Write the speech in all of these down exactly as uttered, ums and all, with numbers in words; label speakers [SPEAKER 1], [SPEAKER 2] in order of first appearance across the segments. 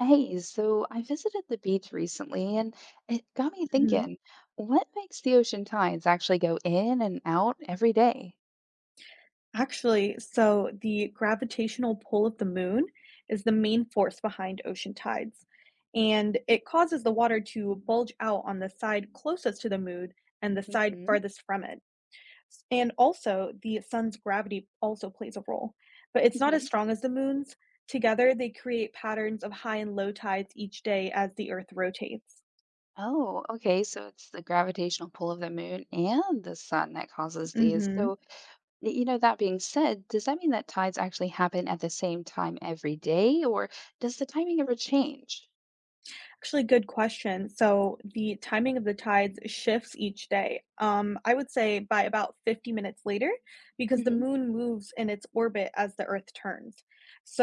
[SPEAKER 1] Hey, so I visited the beach recently and it got me
[SPEAKER 2] Mhm.
[SPEAKER 1] thinking, what makes the ocean tides actually go in and out every day?
[SPEAKER 2] Actually, so the gravitational pull of the moon is the main force behind ocean tides, and it causes the water to bulge out on the side closest to the moon and the side
[SPEAKER 1] Mm-hmm.
[SPEAKER 2] farthest from it. S- And also, the sun's gravity also plays a role, but it's not as
[SPEAKER 1] Mm-hmm.
[SPEAKER 2] strong as the moon's. Together, they create patterns of high and low tides each day as the Earth rotates.
[SPEAKER 1] Oh, okay. So it's the gravitational pull of the moon and the sun that causes these.
[SPEAKER 2] Mhm.
[SPEAKER 1] So, y- you know, that being said, does that mean that tides actually happen at the same time every day, or does the timing ever change?
[SPEAKER 2] Actually, good question. So the timing of the tides shifts each day. Um, I would say by about fifty minutes later, because the
[SPEAKER 1] Mm-hmm.
[SPEAKER 2] moon moves in its orbit as the Earth turns.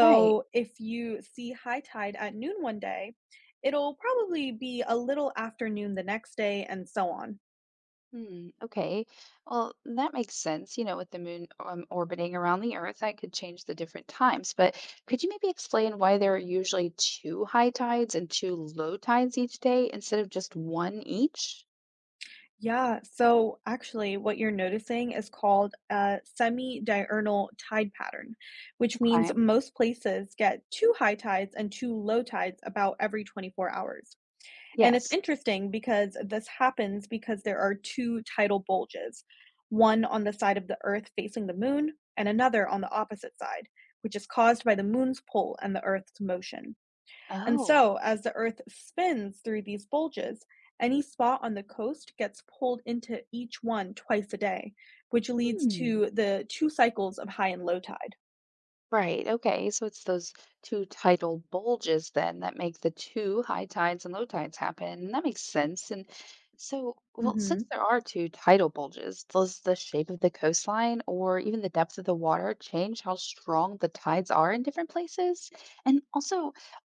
[SPEAKER 1] Right.
[SPEAKER 2] if you see high tide at noon one day, it'll probably be a little after noon the next day, and so on.
[SPEAKER 1] Hmm, okay. Well, that makes sense. You know, with the moon um, orbiting around the Earth, I could change the different times. But could you maybe explain why there are usually two high tides and two low tides each day instead of just one each?
[SPEAKER 2] Yeah, so actually, what you're noticing is called a semi-diurnal tide pattern, which means
[SPEAKER 1] Okay.
[SPEAKER 2] most places get two high tides and two low tides about every twenty-four hours. And it's
[SPEAKER 1] Yes.
[SPEAKER 2] interesting because this happens because there are two tidal bulges, one on the side of the Earth facing the moon and another on the opposite side, which is caused by the moon's pull and the Earth's motion. And
[SPEAKER 1] Oh.
[SPEAKER 2] so, as the Earth spins through these bulges, any spot on the coast gets pulled into each one twice a day, which leads
[SPEAKER 1] Hmm.
[SPEAKER 2] to the two cycles of high and low tide.
[SPEAKER 1] Right. Okay. So it's those two tidal bulges then that make the two high tides and low tides happen. And That makes sense. And so, well, since
[SPEAKER 2] Hmm.
[SPEAKER 1] there are two tidal bulges, does the shape of the coastline or even the depth of the water change how strong the tides are in different places? And also,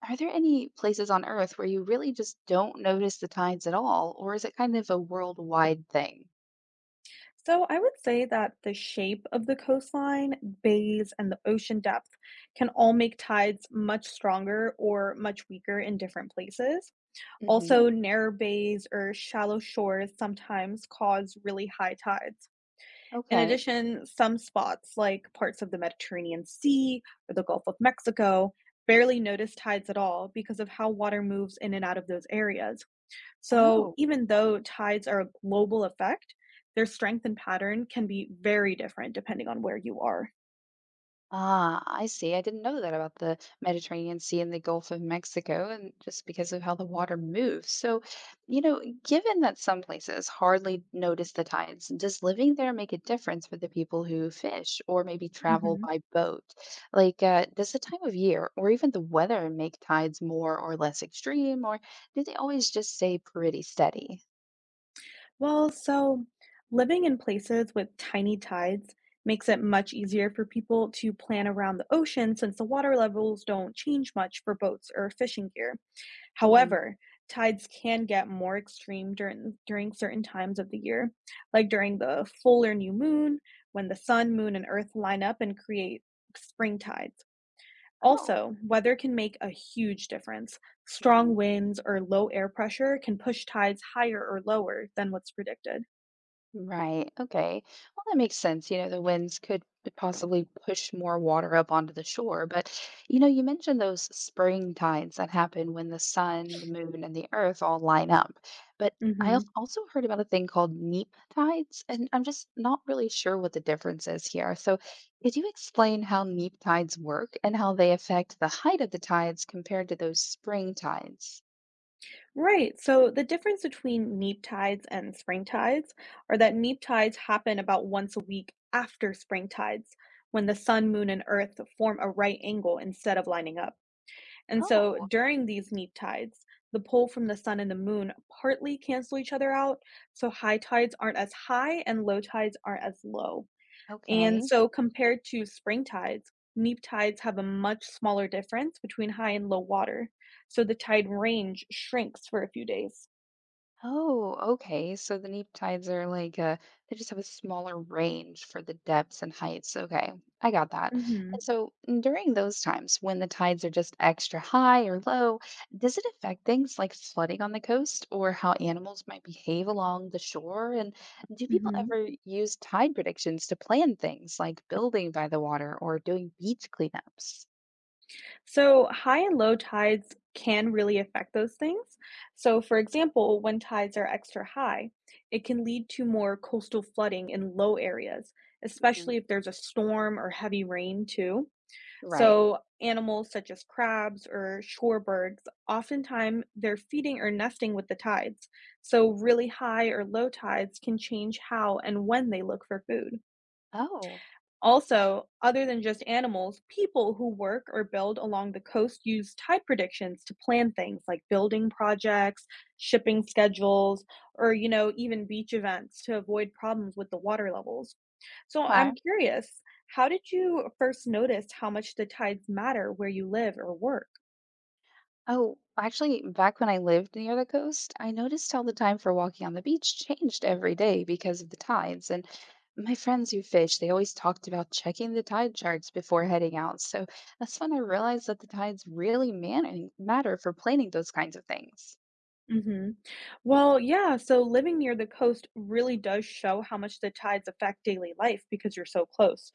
[SPEAKER 1] are there any places on Earth where you really just don't notice the tides at all, or is it kind of a worldwide thing?
[SPEAKER 2] So, I would say that the shape of the coastline, bays, and the ocean depth can all make tides much stronger or much weaker in different places.
[SPEAKER 1] Mm-hmm.
[SPEAKER 2] Also, narrow bays or shallow shores sometimes cause really high tides. In
[SPEAKER 1] Okay.
[SPEAKER 2] addition, some spots, like parts of the Mediterranean Sea or the Gulf of Mexico, barely notice tides at all because of how water moves in and out of those areas. So,
[SPEAKER 1] Oh.
[SPEAKER 2] even though tides are a global effect, their strength and pattern can be very different depending on where you are.
[SPEAKER 1] Ah, I see. I didn't know that about the Mediterranean Sea and the Gulf of Mexico, and just because of how the water moves. So, you know, given that some places hardly notice the tides, does living there make a difference for the people who fish or maybe travel
[SPEAKER 2] Mhm.
[SPEAKER 1] by boat? Like, uh, does the time of year or even the weather make tides more or less extreme, or do they always just stay pretty steady?
[SPEAKER 2] Well, so living in places with tiny tides makes it much easier for people to plan around the ocean since the water levels don't change much for boats or fishing gear.
[SPEAKER 1] Hmm.
[SPEAKER 2] However, tides can get more extreme during during certain times of the year, like during the full or new moon, when the sun, moon, and earth line up and create spring tides.
[SPEAKER 1] Oh.
[SPEAKER 2] Also, weather can make a huge difference. Strong
[SPEAKER 1] Mhm.
[SPEAKER 2] winds or low air pressure can push tides higher or lower than what's predicted.
[SPEAKER 1] Right. Okay. Well, that makes sense. You know, the winds could possibly push more water up onto the shore. But, you know, you mentioned those spring tides that happen when the sun, the moon, and the earth all line up. But I al-
[SPEAKER 2] Mhm.
[SPEAKER 1] also heard about a thing called neap tides, and I'm just not really sure what the difference is here. So, could you explain how neap tides work and how they affect the height of the tides compared to those spring tides?
[SPEAKER 2] Right. So the difference between neap tides and spring tides are that neap tides happen about once a week after spring tides, when the sun, moon, and earth form a right angle instead of lining up. And so
[SPEAKER 1] Oh,
[SPEAKER 2] during these neap tides, the pull from the sun and the moon partly cancel each other out, so high tides aren't as high and low tides aren't as low. And
[SPEAKER 1] okay.
[SPEAKER 2] so compared to spring tides, neap tides have a much smaller difference between high and low water, so the tide range shrinks for a few days.
[SPEAKER 1] Oh, okay. So the neap tides are like uh they just have a smaller range for the depths and heights. Okay, I got that. And
[SPEAKER 2] Mhm.
[SPEAKER 1] so during those times when the tides are just extra high or low, does it affect things like flooding on the coast or how animals might behave along the shore? And do people
[SPEAKER 2] Mhm.
[SPEAKER 1] ever use tide predictions to plan things like building by the water or doing beach cleanups?
[SPEAKER 2] So high and low tides can really affect those things. So for example, when tides are extra high, it can lead to more coastal flooding in low areas,
[SPEAKER 1] Hmm.
[SPEAKER 2] especially if there's a storm or heavy rain too.
[SPEAKER 1] Right.
[SPEAKER 2] So, animals such as crabs or shorebirds, oftentimes they're feeding or nesting with the tides. So, really high or low tides can change how and when they look for food.
[SPEAKER 1] Oh.
[SPEAKER 2] Also, other than just animals, people who work or build along the coast use tide predictions to plan things like building projects, shipping schedules, or you know, even beach events to avoid problems with the water levels. So I'm curious, how did you first notice how much the tides matter where you live or work?
[SPEAKER 1] Oh, actually, back when I lived near the coast, I noticed how the time for walking on the beach changed every day because of the tides. And my friends who fish, they always talked about checking the tide charts before heading out. So that's when I realized that the tides really man- matter for planning those kinds of things.
[SPEAKER 2] Hmm. Well, yeah. So living near the coast really does show how much the tides affect daily life because you're so close.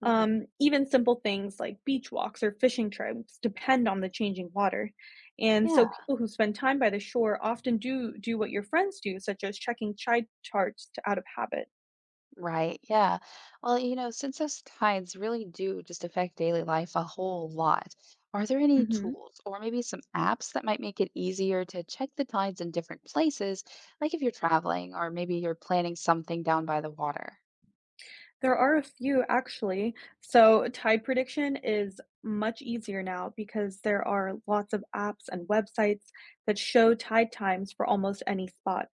[SPEAKER 1] Hmm.
[SPEAKER 2] Um, even simple things like beach walks or fishing trips depend on the changing water. And so
[SPEAKER 1] Yeah.
[SPEAKER 2] people who spend time by the shore often do do what your friends do, such as checking tide charts to, out of habit.
[SPEAKER 1] Right. Yeah. Well, you know, since those tides really do just affect daily life a whole lot, are there any
[SPEAKER 2] Hmm.
[SPEAKER 1] tools or maybe some apps that might make it easier to check the tides in different places, like if you're traveling or maybe you're planning something down by the water?
[SPEAKER 2] There are a few actually. So tide prediction is much easier now because there are lots of apps and websites that show tide times for almost any spot.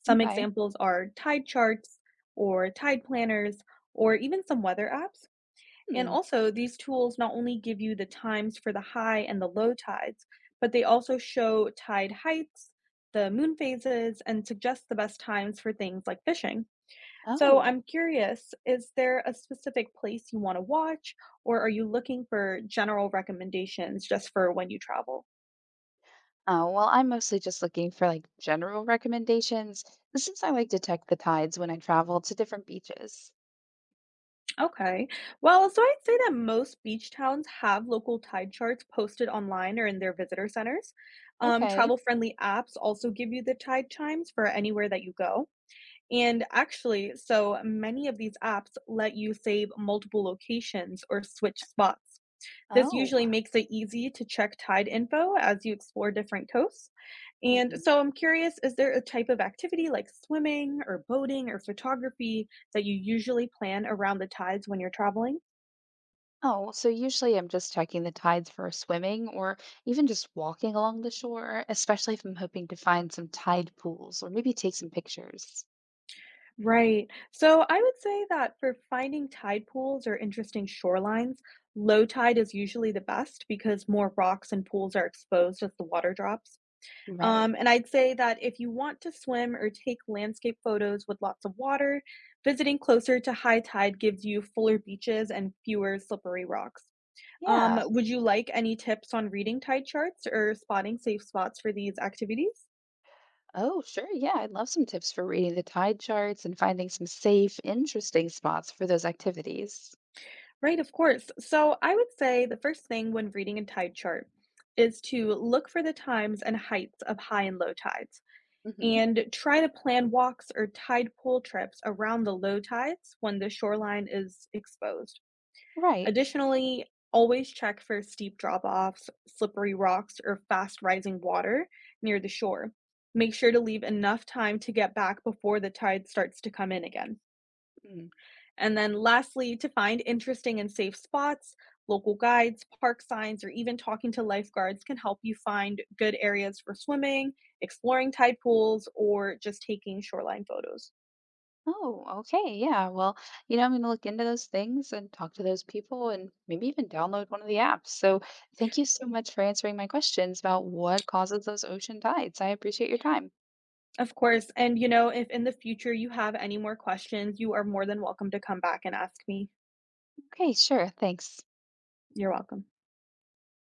[SPEAKER 2] Some
[SPEAKER 1] Okay.
[SPEAKER 2] examples are tide charts or tide planners or even some weather apps. And
[SPEAKER 1] Hmm.
[SPEAKER 2] also, these tools not only give you the times for the high and the low tides, but they also show tide heights, the moon phases, and suggest the best times for things like fishing. So,
[SPEAKER 1] Oh.
[SPEAKER 2] I'm curious, is there a specific place you want to watch, or are you looking for general recommendations just for when you travel?
[SPEAKER 1] Oh, well, I'm mostly just looking for like general recommendations uh, since I like to check the tides when I travel to different beaches.
[SPEAKER 2] Okay. Well, so I'd say that most beach towns have local tide charts posted online or in their visitor centers. Um,
[SPEAKER 1] Okay.
[SPEAKER 2] travel-friendly apps also give you the tide chimes for anywhere that you go. And actually, so many of these apps let you save multiple locations or switch spots. This
[SPEAKER 1] Oh.
[SPEAKER 2] usually makes it easy to check tide info as you explore different coasts. And
[SPEAKER 1] Mhm.
[SPEAKER 2] so I'm curious, is there a type of activity like swimming or boating or photography that you usually plan around the tides when you're traveling?
[SPEAKER 1] Oh, so usually I'm just checking the tides for swimming or even just walking along the shore, especially if I'm hoping to find some tide pools or maybe take some pictures.
[SPEAKER 2] Right. So I would say that for finding tide pools or interesting shorelines, low tide is usually the best because more rocks and pools are exposed as the water drops.
[SPEAKER 1] Right.
[SPEAKER 2] Um, and I'd say that if you want to swim or take landscape photos with lots of water, visiting closer to high tide gives you fuller beaches and fewer slippery rocks. Um,
[SPEAKER 1] Yeah.
[SPEAKER 2] would you like any tips on reading tide charts or spotting safe spots for these activities?
[SPEAKER 1] Oh, sure. Yeah. I'd love some tips for reading the tide charts and finding some safe, interesting spots for those activities.
[SPEAKER 2] Right, of course. So I would say the first thing when reading a tide chart is to look for the times and heights of high and low tides
[SPEAKER 1] Hmm.
[SPEAKER 2] and try to plan walks or tide pool trips around the low tides when the shoreline is exposed.
[SPEAKER 1] Right.
[SPEAKER 2] Additionally, always check for steep drop offs, slippery rocks, or fast rising water near the shore. Make sure to leave enough time to get back before the tide starts to come in again.
[SPEAKER 1] Mm.
[SPEAKER 2] And then lastly, to find interesting and safe spots, local guides, park signs, or even talking to lifeguards can help you find good areas for swimming, exploring tide pools, or just taking shoreline photos.
[SPEAKER 1] Oh, okay. Yeah. Well, you know, I'm going to look into those things and talk to those people and maybe even download one of the apps. So thank you so much for answering my questions about what causes those ocean tides. I appreciate your time.
[SPEAKER 2] Of course, and you know, if in the future you have any more questions, you are more than welcome to come back and ask me.
[SPEAKER 1] Okay, sure. Thanks.
[SPEAKER 2] You're welcome.